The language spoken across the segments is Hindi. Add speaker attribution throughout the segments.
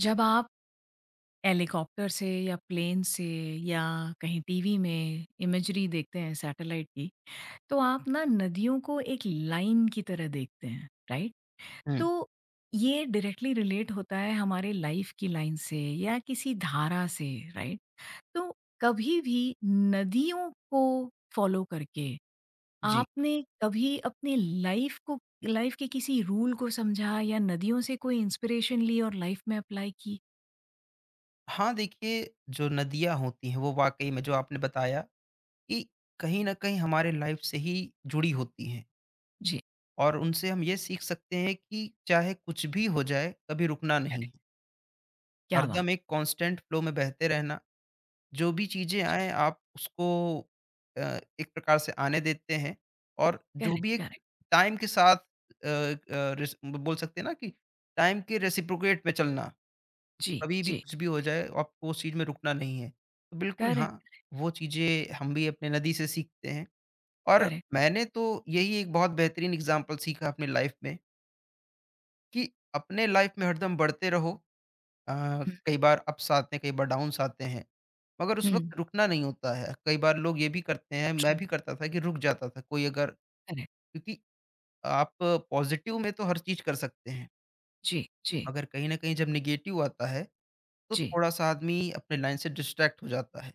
Speaker 1: जब आप हेलीकॉप्टर से या प्लेन से या कहीं टीवी में इमेजरी देखते हैं सैटेलाइट की, तो आप ना नदियों को एक लाइन की तरह देखते हैं, राइट?
Speaker 2: हुँ।
Speaker 1: तो ये डायरेक्टली रिलेट होता है हमारे लाइफ की लाइन से या किसी धारा से, राइट? तो कभी भी नदियों को फॉलो करके
Speaker 2: जी।
Speaker 1: आपने कभी अपने लाइफ को लाइफ के किसी रूल को समझा या नदियों से कोई इंस्पिरेशन ली और लाइफ में अप्लाई की?
Speaker 2: हाँ, देखिए जो नदियाँ होती हैं वो वाक़ई में जो आपने बताया कि कहीं न कहीं हमारे लाइफ़ से ही जुड़ी होती हैं
Speaker 1: जी,
Speaker 2: और उनसे हम ये सीख सकते हैं कि चाहे कुछ भी हो जाए, कभी रुकना नहीं है।
Speaker 1: करेक्ट, क्या बात!
Speaker 2: हरदम एक कांस्टेंट फ्लो में बहते रहना, जो भी चीज़ें
Speaker 1: जी,
Speaker 2: आएँ आप उसको अ, एक प्रकार से आने देते हैं और जो
Speaker 1: करेक्ट,
Speaker 2: भी एक
Speaker 1: करेक्ट।
Speaker 2: टाइम के साथ रिस बोल सकते हैं ना कि टाइम के रेसिप्रोकेट में चलना।
Speaker 1: जी,
Speaker 2: कभी भी
Speaker 1: जी,
Speaker 2: कुछ भी हो जाए, आपको उस चीज़ में रुकना नहीं है। तो बिल्कुल हाँ,
Speaker 1: करेक्ट,
Speaker 2: वो चीज़ें हम भी अपने नदी से सीखते हैं और
Speaker 1: करेक्ट।
Speaker 2: मैंने तो यही एक बहुत बेहतरीन एग्ज़ाम्पल सीखा अपने लाइफ़ में कि अपने लाइफ़ में हरदम बढ़ते रहो। अ,
Speaker 1: हुँ,
Speaker 2: कई बार अप्स आते हैं, कई बार डाउन्स आते हैं, मगर उस
Speaker 1: हुँ,
Speaker 2: वक़्त रुकना नहीं होता है। कई बार लोग ये भी करते हैं, मैं
Speaker 1: ट्रू,
Speaker 2: भी करता था कि रुक जाता था कोई अगर
Speaker 1: करेक्ट।
Speaker 2: क्योंकि आप पॉज़िटिव में तो हर चीज़ कर सकते हैं,
Speaker 1: जी, जी,
Speaker 2: मगर कहीं न कहीं जब नेगेटिव आता है, तो
Speaker 1: जी,
Speaker 2: थोड़ा-सा आदमी अपने लाइन से डिस्ट्रैक्ट हो जाता है।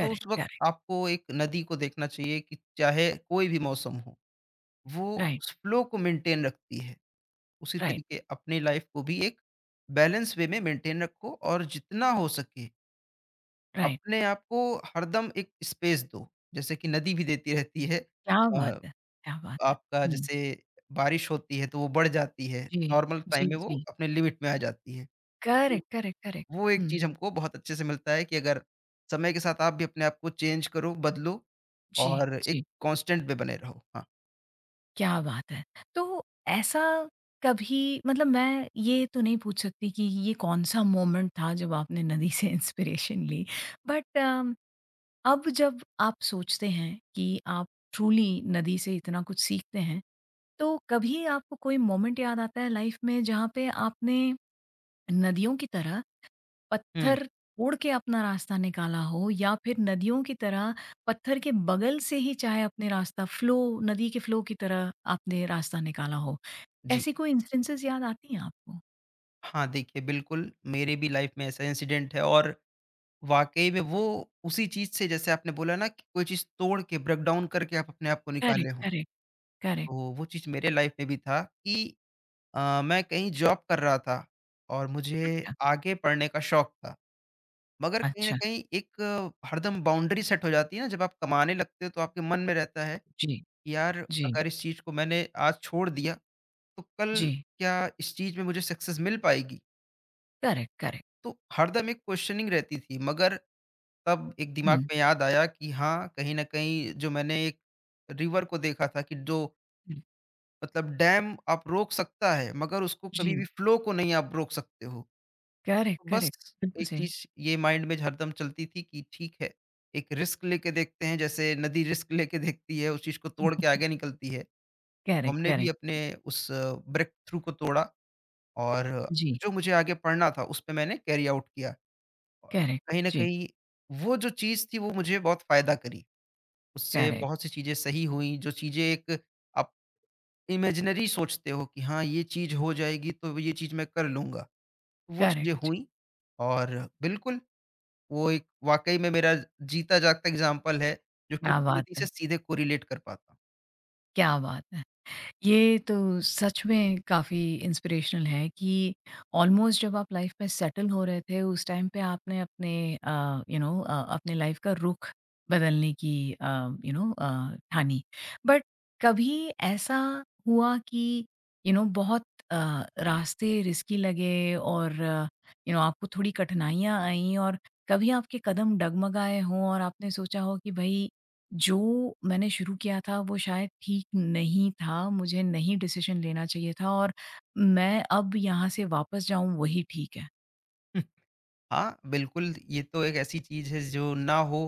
Speaker 2: तो उस वक़्त
Speaker 1: करेक्ट।
Speaker 2: आपको एक नदी को देखना चाहिए कि चाहे कोई भी मौसम हो, वो
Speaker 1: राइट,
Speaker 2: उस फ़्लो को मेंटेन रखती है। उसी
Speaker 1: राइट,
Speaker 2: तरीके अपनी लाइफ़ को भी एक बैलेंस वे में मेंटेन रखो और जितना हो सके
Speaker 1: राइट।
Speaker 2: अपने आप को हरदम एक स्पेस दो। जैसे कि नदी भी देती रहती है
Speaker 1: क्या
Speaker 2: अ,
Speaker 1: बात है! क्या बात है!
Speaker 2: आपका
Speaker 1: हुँ,
Speaker 2: जैसे बारिश होती है तो वो बढ़ जाती है,
Speaker 1: जी,
Speaker 2: नॉर्मल
Speaker 1: जी,
Speaker 2: टाइम में वो
Speaker 1: जी।
Speaker 2: अपने लिमिट में आ जाती है।
Speaker 1: Correct, correct, correct.
Speaker 2: वो एक
Speaker 1: हुँ,
Speaker 2: चीज़ हमको बहुत अच्छे से मिलता है कि अगर समय के साथ आप भी अपने आप को चेंज करो, बदलो
Speaker 1: जी,
Speaker 2: और एक
Speaker 1: जी,
Speaker 2: कांस्टेंट पे बने रहो। हाँ।
Speaker 1: क्या बात है! तो ऐसा कभी मतलब मैं ये तो नहीं पूछ सकती कि ये कौन-सा मोमेंट था जब आपने नदी से इंस्पिरेशन ली बट अब जब आप सोचते हैं कि आप ट्रूली नदी से इतना कुछ सीखते हैं, तो कभी आपको कोई मोमेंट याद आता है लाइफ में जहाँ पे आपने नदियों की तरह
Speaker 2: हुँ।
Speaker 1: पत्थर तोड़ के अपना रास्ता निकाला हो या फिर नदियों की तरह पत्थर के बगल से ही चाहे अपने रास्ता फ्लो नदी के फ्लो की तरह आपने रास्ता निकाला हो?
Speaker 2: जी।
Speaker 1: ऐसी कोई इंस्टेंसेस याद आती हैं आपको?
Speaker 2: हाँ, देखिए बिल्कुल, मेरे भी लाइफ़ में ऐसा इंसिडेंट है और वाक़ई में वो उसी चीज़ से जैसे आपने बोला ना कि कोई चीज़ तोड़ के ब्रेक डाउन करके आप अपने आप को
Speaker 1: करेक्ट,
Speaker 2: निकाले हों।
Speaker 1: Correct, correct.
Speaker 2: तो वो चीज़ मेरे लाइफ़ में भी था कि मैं कहीं जॉब कर रहा था और मुझे
Speaker 1: अच्छा,
Speaker 2: आगे पढ़ने का शौक था। मगर कहीं न
Speaker 1: अच्छा।
Speaker 2: कहीं एक हरदम बाउंड्री सेट हो जाती है ना, जब आप कमाने लगते हो तो आपके मन में रहता है
Speaker 1: जी,
Speaker 2: कि यार
Speaker 1: जी,
Speaker 2: अगर इस चीज़ को मैंने आज छोड़ दिया, तो कल
Speaker 1: जी।
Speaker 2: क्या इस चीज़ में मुझे सक्सेस मिल पाएगी?
Speaker 1: Correct, correct.
Speaker 2: तो हरदम एक क्वेश्चनिंग रहती थी, मगर तब एक दिमाग
Speaker 1: हुँ,
Speaker 2: में याद आया कि हाँ, कहीं न कहीं जो मैंने एक रिवर को देखा था कि जो
Speaker 1: हुँ।
Speaker 2: मतलब डैम आप रोक सकता है, मगर उसको
Speaker 1: जी।
Speaker 2: कभी भी फ्लो को नहीं आप रोक सकते हो।
Speaker 1: करेक्ट,
Speaker 2: बस
Speaker 1: करेक्ट, बिल्कुल
Speaker 2: एक
Speaker 1: सही।
Speaker 2: चीज़ ये माइंड में हरदम चलती थी कि ठीक है, एक रिस्क लेके देखते हैं, जैसे नदी रिस्क लेके देखती है, उस चीज़ को तोड़ के आगे निकलती है। तो
Speaker 1: करेक्ट,
Speaker 2: हमने भी
Speaker 1: करेक्ट।
Speaker 2: अपने उस ब्रेक थ्रू को तोड़ा और
Speaker 1: जी,
Speaker 2: जो मुझे आगे पढ़ना था, उसपे मैंने कैरी आउट किया और
Speaker 1: करेक्ट,
Speaker 2: कहीं न
Speaker 1: जी,
Speaker 2: कहीं वो जो चीज़ थी, वो मुझे बहुत फ़ायदा करी। उससे
Speaker 1: करेक्ट,
Speaker 2: बहुत सी चीज़ें सही हुईं, जो चीज़ें एक आप इमेजिनरी सोचते हो कि हाँ, ये चीज़
Speaker 1: जी,
Speaker 2: हो जाएगी, तो ये चीज़ मैं कर लूँगा। वो
Speaker 1: करेक्ट,
Speaker 2: चीज़ें
Speaker 1: जी।
Speaker 2: हुईं और बिल्कुल वो एक वाक़ई में मेरा जीता जागता एग्ज़ाम्पल है, जो कि
Speaker 1: क्या बात
Speaker 2: ज़िंदगी से
Speaker 1: है!
Speaker 2: सीधे कोरिलेट कर पाता।
Speaker 1: क्या बात है! ये तो सच में काफ़ी इंस्पिरेशनल है कि ऑलमोस्ट जब आप लाइफ में सेटल हो रहे थे उस टाइम पे आपने अपने यू नो अपने लाइफ का रुख बदलने की ठानी बट कभी ऐसा हुआ कि बहुत रास्ते रिस्की लगे और आपको थोड़ी कठिनाइयाँ आई और कभी आपके कदम डगमगाए हों और आपने सोचा हो कि भाई जो मैंने शुरू किया था वो शायद ठीक नहीं था, मुझे नहीं डिसीज़न लेना चाहिए था और मैं अब यहाँ से वापस जाऊँ वही ठीक है।
Speaker 2: हूँ। हाँ, बिल्कुल ये तो एक ऐसी चीज़ है जो ना हो,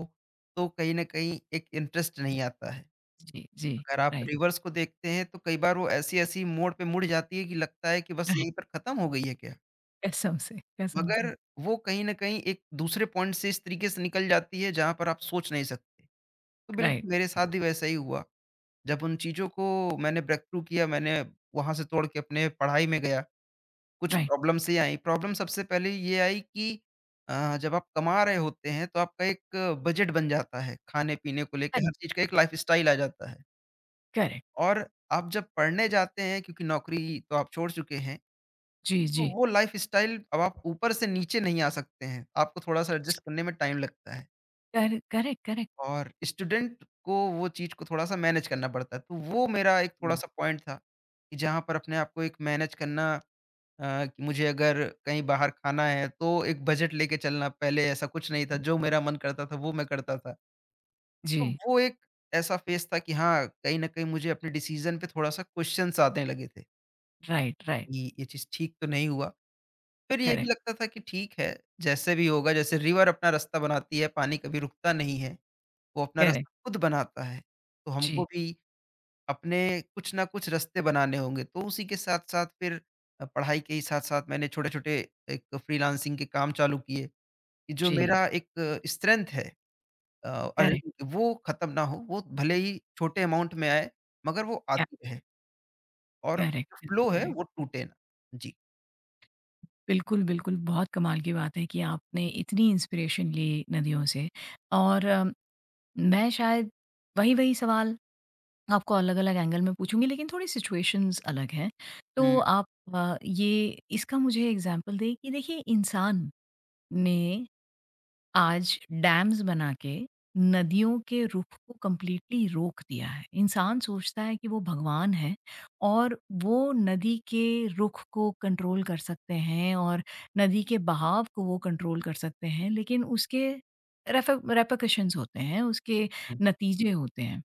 Speaker 2: तो कहीं न कहीं एक इंटरेस्ट नहीं आता है।
Speaker 1: जी, जी,
Speaker 2: अगर आप
Speaker 1: राइट,
Speaker 2: रिवर्स को देखते हैं तो कई बार वो ऐसी-ऐसी मोड़ पे मुड़ जाती है कि लगता है कि बस
Speaker 1: राइट,
Speaker 2: यहीं पर ख़त्म हो गई है क्या?
Speaker 1: कसम से, कसम से।
Speaker 2: मगर वो कहीं न कहीं एक दूसरे पॉइंट से इस तरीके से निकल जाती है जहाँ पर आप सोच नहीं सकते। तो
Speaker 1: राइट,
Speaker 2: बिल्कुल मेरे साथ भी वैसा ही हुआ। जब उन चीज़ों को मैंने ब्रेकथ्रू किया, मैंने वहाँ से तोड़ के अपने पढ़ाई में गया। कुछ
Speaker 1: राइट,
Speaker 2: प्रॉब्लम्स ही आई। प्रॉब्लम सबसे पहले ये आई कि जब आप कमा रहे होते हैं तो आपका एक बजट बन जाता है, खाने-पीने को लेके हर
Speaker 1: करेक्ट,
Speaker 2: चीज़ का एक लाइफ़स्टाइल आ जाता है।
Speaker 1: करेक्ट,
Speaker 2: और आप जब पढ़ने जाते हैं क्योंकि नौकरी तो आप छोड़ चुके हैं,
Speaker 1: जी,
Speaker 2: तो
Speaker 1: जी,
Speaker 2: वो लाइफ़स्टाइल अब आप ऊपर से नीचे नहीं आ सकते हैं। आपको थोड़ा-सा एडजस्ट करने में टाइम लगता है
Speaker 1: कर करेक्ट, करेक्ट,
Speaker 2: और स्टूडेंट को वो चीज़ को थोड़ा-सा मैनेज करना पड़ता है। तो वो मेरा एक
Speaker 1: हम्म।
Speaker 2: थोड़ा-सा पॉइंट था कि जहाँ पर अपने आप को एक मैनेज करना कि मुझे अगर कहीं बाहर खाना है तो एक बजट लेके चलना पहले ऐसा कुछ नहीं था, जो मेरा मन करता था वो मैं करता था। तो
Speaker 1: जी,
Speaker 2: वो एक ऐसा फ़ेज़ था कि हाँ, कहीं न कहीं मुझे अपने डिसीज़न पे थोड़ा-सा क्वेश्चन्स आने लगे थे,
Speaker 1: राइट, राइट,
Speaker 2: कि ये चीज़ ठीक तो नहीं हुआ। फिर ये भी
Speaker 1: करेक्ट,
Speaker 2: लगता था कि ठीक है, जैसे भी होगा जैसे रिवर अपना रास्ता बनाती है, पानी कभी रुकता नहीं है, वो अपना
Speaker 1: करेक्ट,
Speaker 2: रास्ता खुद बनाता है। तो हमको
Speaker 1: जी,
Speaker 2: भी अपने कुछ ना कुछ रास्ते बनाने होंगे। तो उसी के साथ-साथ फिर पढ़ाई के ही साथ-साथ मैंने छोटे-छोटे एक फ्रीलांसिंग के काम चालू किए, कि जो
Speaker 1: जी,
Speaker 2: मेरा एक स्ट्रेंथ है अ,
Speaker 1: करेक्ट,
Speaker 2: अर्निंग की वो ख़त्म ना हो, वो भले ही छोटे अमाउंट में आए, मगर वो
Speaker 1: क्या
Speaker 2: आती रहे और
Speaker 1: करेक्ट,
Speaker 2: जो
Speaker 1: करेक्ट,
Speaker 2: फ्लो है
Speaker 1: करेक्ट।
Speaker 2: वो टूटे ना। जी।
Speaker 1: बिल्कुल, बिल्कुल, बहुत कमाल की बात है कि आपने इतनी इंस्पिरेशन ली नदियों से और मैं शायद वही-वही सवाल आपको अलग-अलग एंगल में पूछूँगी, लेकिन थोड़ी सिचुएशंस अलग हैं।
Speaker 2: हुँ,
Speaker 1: तो आप ये इसका मुझे एग्ज़ाम्पल दें कि देखिए इंसान ने आज डैम्स बना के नदियों के रुख को कंप्लीटली रोक दिया है। इंसान सोचता है कि वो भगवान है और वो नदी के रुख को कंट्रोल कर सकते हैं और नदी के बहाव को वो कंट्रोल कर सकते हैं, लेकिन उसके रेफे रेपरकशंस होते हैं, उसके
Speaker 2: हुँ।
Speaker 1: नतीजे होते हैं।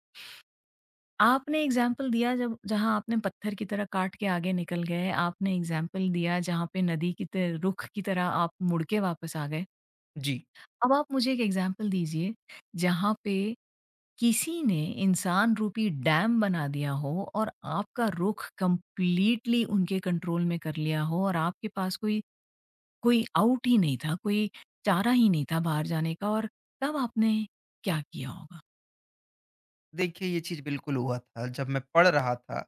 Speaker 1: आपने एग्ज़ाम्पल दिया जब जहाँ आपने पत्थर की तरह काट के आगे निकल गए, आपने एग्ज़ाम्पल दिया जहाँ पे नदी की त रुख की तरह आप मुड़ के वापस आ गए।
Speaker 2: जी।
Speaker 1: अब आप मुझे एक एग्ज़ाम्पल दीजिए, जहाँ पे किसी ने इंसान रूपी डैम बना दिया हो और आपका रुख कंप्लीटली उनके कंट्रोल में कर लिया हो और आपके पास कोई कोई आउट ही नहीं था, कोई चारा ही नहीं था बाहर जाने का और तब आपने क्या किया होगा?
Speaker 2: देखिए ये चीज़ बिल्कुल हुआ था जब मैं पढ़ रहा था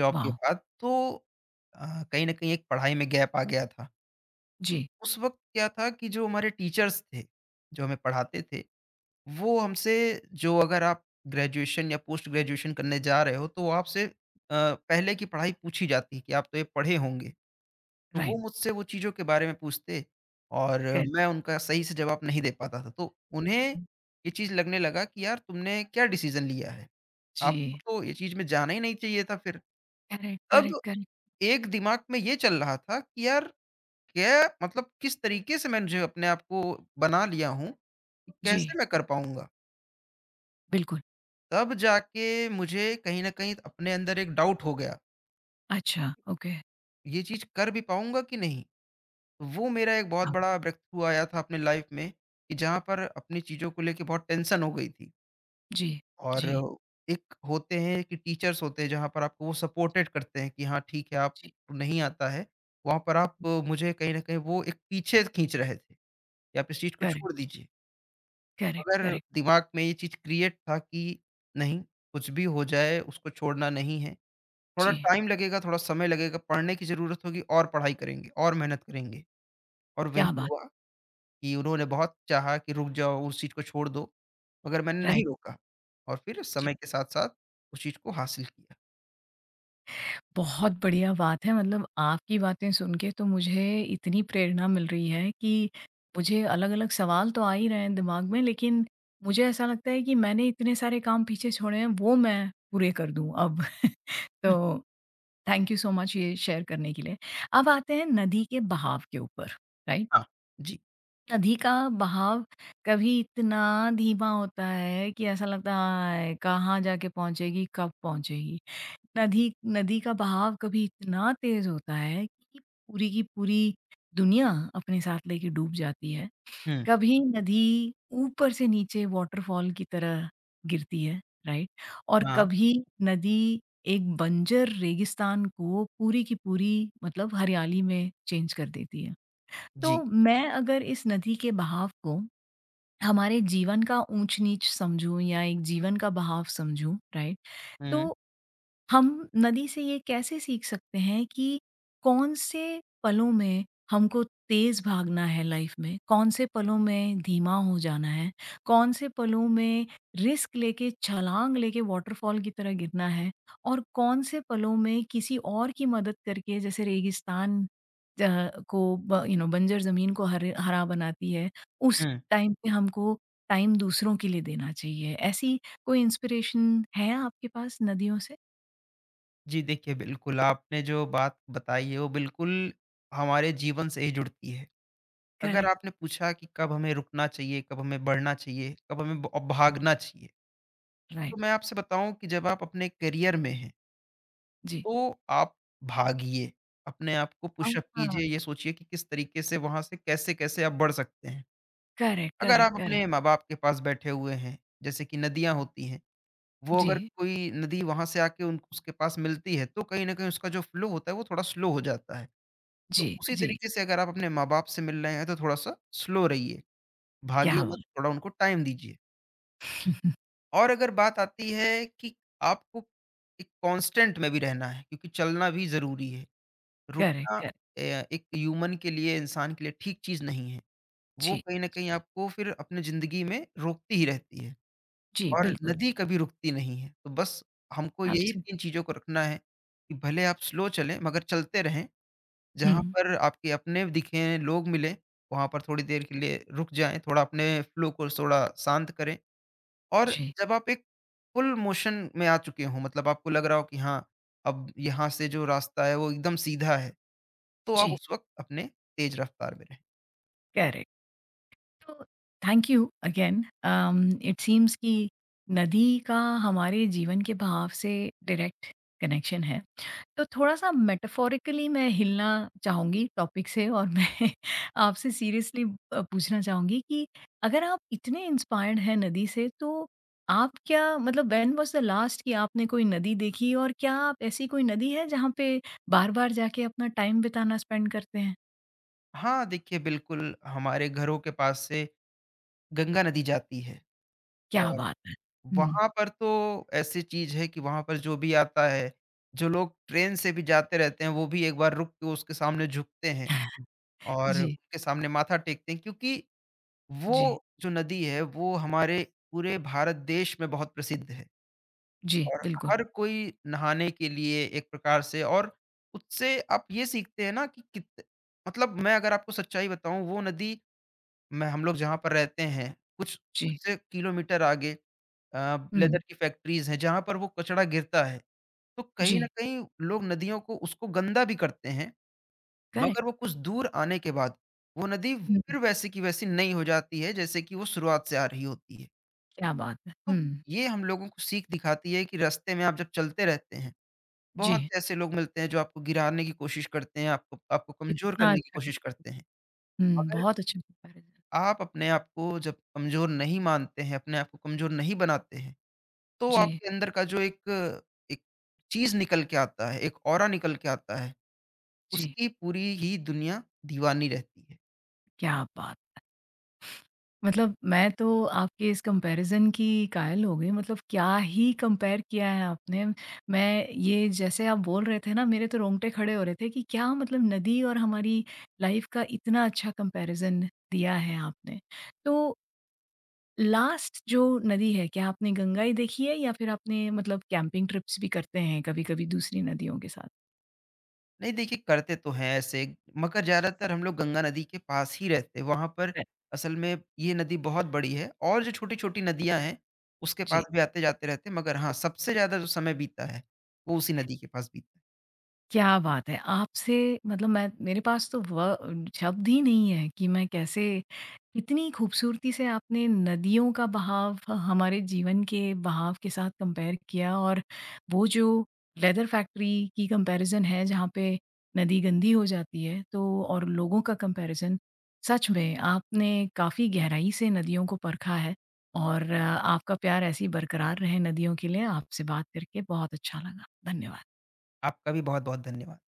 Speaker 2: जॉब के
Speaker 1: वॉव!
Speaker 2: बाद तो अ, कहीं न कहीं एक पढ़ाई में गैप आ गया था।
Speaker 1: जी,
Speaker 2: उस वक़्त क्या था कि जो हमारे टीचर्स थे, जो हमें पढ़ाते थे, वो हमसे जो अगर आप ग्रेजुएशन या पोस्ट ग्रेजुएशन करने जा रहे हो, तो वो आपसे पहले की पढ़ाई पूछी जाती है कि आप तो ये पढ़े होंगे। तो वो
Speaker 1: राइट,
Speaker 2: मुझसे वो चीज़ों के बारे में पूछते और
Speaker 1: करेक्ट,
Speaker 2: मैं उनका सही से जवाब नहीं दे पाता था। तो उन्हें ये चीज़ लगने लगा कि यार तुमने क्या डिसीज़न लिया है? आपको
Speaker 1: जी,
Speaker 2: तो ये चीज़ में जाना ही नहीं चाहिए था फिर।
Speaker 1: करेक्ट,
Speaker 2: तब
Speaker 1: करेक्ट, करेक्ट,
Speaker 2: एक दिमाग में ये चल रहा था कि यार क्या मतलब किस तरीके से मैंने जो अपने आप को बना लिया हूँ, कि
Speaker 1: जी,
Speaker 2: कैसे मैं कर पाऊँगा?
Speaker 1: बिल्कुल,
Speaker 2: तब जाके मुझे कहीं न कहीं अपने अंदर एक डाउट हो गया,
Speaker 1: अच्छा, ओके,
Speaker 2: ये चीज़ कर भी पाऊँगा कि नहीं? तो वो मेरा एक बहुत
Speaker 1: हाँ,
Speaker 2: बड़ा ब्रेक थ्रू आया था अपने लाइफ़ में, कि जहाँ पर अपनी चीज़ों को लेके बहुत टेंशन हो गई थी।
Speaker 1: जी,
Speaker 2: और
Speaker 1: जी,
Speaker 2: एक होते हैं कि टीचर्स होते हैं जहाँ पर आपको वो सपोर्टेड करते हैं कि हाँ, ठीक है
Speaker 1: जी,
Speaker 2: आपको नहीं आता है, वहाँ पर आप मुझे कहीं न कहीं वो एक पीछे खींच रहे थे, कि आप इस चीज़ को
Speaker 1: करेक्ट,
Speaker 2: छोड़ दीजिए।
Speaker 1: करेक्ट,
Speaker 2: मगर
Speaker 1: करेक्ट,
Speaker 2: दिमाग में ये चीज़ क्रिएट था कि नहीं, कुछ भी हो जाए उसको छोड़ना नहीं है। थोड़ा
Speaker 1: जी,
Speaker 2: टाइम लगेगा, थोड़ा समय लगेगा, पढ़ने की ज़रूरत होगी और पढ़ाई करेंगे और मेहनत करेंगे। और वही
Speaker 1: क्या बात!
Speaker 2: हुआ कि उन्होंने बहुत चाहा कि रुक जाओ, उस चीज़ को छोड़ दो, मगर मैंने नहीं
Speaker 1: राइट,
Speaker 2: रोका और फिर
Speaker 1: जी।
Speaker 2: समय के साथ-साथ उस चीज़ को हासिल किया।
Speaker 1: बहुत बढ़िया बात है मतलब आपकी बातें सुन के तो मुझे इतनी प्रेरणा मिल रही है कि मुझे अलग-अलग सवाल तो आ ही रहे हैं दिमाग में लेकिन मुझे ऐसा लगता है कि मैंने इतने सारे काम पीछे छोड़े हैं वो मैं पूरे कर दूँ अब।
Speaker 2: हुँ,
Speaker 1: तो थैंक यू सो मच ये शेयर करने के लिए। अब आते हैं नदी के बहाव के ऊपर, राइट?
Speaker 2: हाँ, जी,
Speaker 1: नदी का बहाव कभी इतना धीमा होता है कि ऐसा लगता है "हाय, कहाँ जाके पहुँचेगी, कब पहुँचेगी।" नदी नदी का बहाव कभी इतना तेज़ होता है कि पूरी की पूरी दुनिया अपने साथ लेके डूब जाती है।
Speaker 2: हुँ,
Speaker 1: कभी नदी ऊपर से नीचे वॉटरफॉल की तरह गिरती है, राइट? और
Speaker 2: हाँ,
Speaker 1: कभी नदी एक बंजर रेगिस्तान को पूरी की पूरी मतलब हरियाली में चेंज कर देती है।
Speaker 2: जी,
Speaker 1: तो मैं अगर इस नदी के बहाव को हमारे जीवन का ऊंच नीच समझूं या एक जीवन का बहाव समझूं राइट
Speaker 2: हुँ,
Speaker 1: तो हम नदी से ये कैसे सीख सकते हैं कि कौन से पलों में हमको तेज भागना है लाइफ में, कौन से पलों में धीमा हो जाना है, कौन से पलों में रिस्क लेके छलाँग लेके वॉटरफॉल की तरह गिरना है और कौन से पलों में किसी और की मदद करके जैसे रेगिस्तान को ब यू नो बंजर ज़मीन को हरे हरा बनाती है, उस
Speaker 2: हुँ।
Speaker 1: टाइम पे हमको टाइम दूसरों के लिए देना चाहिए। ऐसी कोई इंस्पिरेशन है आपके पास नदियों से?
Speaker 2: जी, देखिए बिल्कुल आपने जो बात बताई है वो बिल्कुल हमारे जीवन से ही जुड़ती है। अगर
Speaker 1: करेक्ट,
Speaker 2: आपने पूछा कि कब हमें रुकना चाहिए, कब हमें बढ़ना चाहिए, कब हमें ब भागना चाहिए, तो
Speaker 1: राइट,
Speaker 2: मैं आपसे बताऊँ कि जब आप अपने करियर में हैं,
Speaker 1: जी।
Speaker 2: तो आप भागिए। अपने आप को
Speaker 1: अ,
Speaker 2: पुशअप
Speaker 1: हाँ।
Speaker 2: कीजिए, ये सोचिए कि किस तरीके से वहाँ से कैसे-कैसे आप बढ़ सकते हैं।
Speaker 1: करेक्ट,
Speaker 2: अगर
Speaker 1: करेक्ट,
Speaker 2: आप
Speaker 1: करेक्ट।
Speaker 2: अपने माँ-बाप के पास बैठे हुए हैं, जैसे कि नदियाँ होती हैं, वो
Speaker 1: जी,
Speaker 2: अगर कोई नदी वहाँ से आके उन उसके पास मिलती है, तो कहीं न कहीं उसका जो फ्लो होता है, वो थोड़ा स्लो हो जाता है। तो
Speaker 1: जी,
Speaker 2: उसी
Speaker 1: जी,
Speaker 2: तरीके से अगर आप अपने माँ-बाप से मिल रहे हैं, तो थोड़ा-सा स्लो रहिए। भागिए
Speaker 1: क्या
Speaker 2: मत,
Speaker 1: बात!
Speaker 2: थोड़ा उनको टाइम दीजिए। और अगर बात आती है कि आपको एक कांस्टेंट में भी रहना है क्योंकि चलना भी ज़रूरी है।
Speaker 1: करेक्ट,
Speaker 2: रुकना
Speaker 1: करेक्ट।
Speaker 2: अ, एक ह्यूमन के लिए, इंसान के लिए ठीक चीज़ नहीं है। वो
Speaker 1: जी,
Speaker 2: कहीं न
Speaker 1: जी,
Speaker 2: कहीं आपको फिर अपनी ज़िंदगी में रोकती ही रहती है
Speaker 1: जी,
Speaker 2: और
Speaker 1: बिल्कुल,
Speaker 2: नदी कभी रुकती नहीं है। तो बस हमको यही
Speaker 1: एब्सो
Speaker 2: 3 चीज़ों को रखना है कि भले आप स्लो चलें मगर चलते रहें। जहाँ
Speaker 1: हुँ,
Speaker 2: पर आपके अपने दिखें, लोग मिलें, वहाँ पर थोड़ी देर के लिए रुक जाएँ, थोड़ा अपने फ्लो को थोड़ा शांत करें। और
Speaker 1: जी,
Speaker 2: जब आप एक फुल मोशन में आ चुके हों मतलब आपको लग रहा हो कि हाँ, अब यहाँ से जो रास्ता है वो एकदम सीधा है, तो आप
Speaker 1: जी,
Speaker 2: उस वक़्त अपने तेज़ रफ़्तार में रहें।
Speaker 1: करेक्ट। तो thank you again it seems कि नदी का हमारे जीवन के बहाव से डायरेक्ट कनेक्शन है। तो थोड़ा-सा मेटाफोरिकली मैं हिलना चाहूँगी टॉपिक से और मैं आपसे सीरियसली पूछना चाहूँगी कि अगर आप इतने इंस्पायर्ड हैं नदी से तो आप क्या मतलब व्हेन वाज़ द लास्ट कि आपने कोई नदी देखी और क्या आप ऐसी कोई नदी है जहाँ पे बार-बार जाके अपना टाइम बिताना स्पेंड करते हैं?
Speaker 2: हाँ, देखिए बिल्कुल हमारे घरों के पास से गंगा नदी जाती है
Speaker 1: क्या
Speaker 2: और
Speaker 1: बात है! हुँ।
Speaker 2: वहाँ पर तो ऐसी चीज़ है कि वहाँ पर जो भी आता है, जो लोग ट्रेन से भी जाते रहते हैं वो भी एक बार रुक के उसके सामने झुकते हैं और
Speaker 1: जी,
Speaker 2: उसके सामने माथा टेकते हैं क्योंकि
Speaker 1: जी,
Speaker 2: वो जो नदी है वो हमारे पूरे भारत देश में बहुत प्रसिद्ध है।
Speaker 1: जी,
Speaker 2: और
Speaker 1: बिल्कुल।
Speaker 2: हर कोई नहाने के लिए एक प्रकार से और उससे आप ये सीखते हैं ना कि कित मतलब मैं अगर आपको सच्चाई बताऊँ वो नदी मैं हम लोग जहाँ पर रहते हैं कुछ
Speaker 1: जी,
Speaker 2: उससे किलोमीटर आगे अ, लेदर
Speaker 1: हुँ,
Speaker 2: की फैक्ट्रीज़ हैं जहाँ पर वो कचरा गिरता है। तो कहीं न
Speaker 1: जी,
Speaker 2: कहीं लोग नदियों को उसको गंदा भी करते हैं,
Speaker 1: करेक्ट।
Speaker 2: मगर वो कुछ दूर आने के बाद वो नदी
Speaker 1: हुँ,
Speaker 2: फिर वैसी की वैसी नई हो जाती है जैसे कि वो शुरुआत से आ रही होती है।
Speaker 1: क्या बात है!
Speaker 2: तो
Speaker 1: हुँ,
Speaker 2: ये हम लोगों को सीख दिखाती है कि रास्ते में आप जब चलते रहते हैं बहुत
Speaker 1: जी,
Speaker 2: से ऐसे लोग मिलते हैं जो आपको गिराने की कोशिश करते हैं, आपको आपको कमज़ोर
Speaker 1: इतना
Speaker 2: करने की
Speaker 1: अच्छा
Speaker 2: कोशिश करते हैं।
Speaker 1: हुँ,
Speaker 2: मगर
Speaker 1: बहुत अच्छा comparison।
Speaker 2: आप अपने आप को जब कमज़ोर नहीं मानते हैं, अपने आप को कमज़ोर नहीं बनाते हैं, तो
Speaker 1: जी,
Speaker 2: आपके अंदर का जो एक एक चीज़ निकल के आता है, एक ऑरा निकल के आता है,
Speaker 1: जी।
Speaker 2: उसकी पूरी ही दुनिया दीवानी रहती है।
Speaker 1: क्या बात! मतलब मैं तो आपके इस कंपैरिज़न की कायल हो गई मतलब क्या ही कंपेयर किया है आपने। मैं ये जैसे आप बोल रहे थे ना मेरे तो रोंगटे खड़े हो रहे थे कि क्या मतलब नदी और हमारी लाइफ़ का इतना अच्छा कंपैरिज़न दिया है आपने। तो लास्ट जो नदी है क्या आपने गंगा ही देखी है या फिर आपने मतलब कैंपिंग ट्रिप्स भी करते हैं कभी-कभी दूसरी नदियों के साथ?
Speaker 2: नहीं देखिए करते तो हैं ऐसे मगर ज़्यादातर हम लोग गंगा नदी के पास ही रहते हैं। वहाँ पर
Speaker 1: है।
Speaker 2: असल में ये नदी बहुत बड़ी है और जो छोटी-छोटी नदियाँ हैं, उसके पास
Speaker 1: जी।
Speaker 2: भी आते-जाते रहते हैं मगर हाँ, सबसे ज़्यादा जो समय बीता है, वो उसी नदी के पास बीता है।
Speaker 1: क्या बात है! आपसे मतलब मैं मेरे पास तो व शब्द ही नहीं है कि मैं कैसे इतनी खूबसूरती से आपने नदियों का बहाव हमारे जीवन के बहाव के साथ कंपेयर किया और वो जो लेदर फैक्ट्री की कंपैरिज़न है जहाँ पे नदी गंदी हो जाती है तो और लोगों का कंपैरिज़न, सच में आपने काफ़ी गहराई से नदियों को परखा है और आपका प्यार ऐसे ही बरकरार रहे नदियों के लिए। आपसे बात करके बहुत अच्छा लगा। धन्यवाद।
Speaker 2: आपका भी बहुत-बहुत धन्यवाद।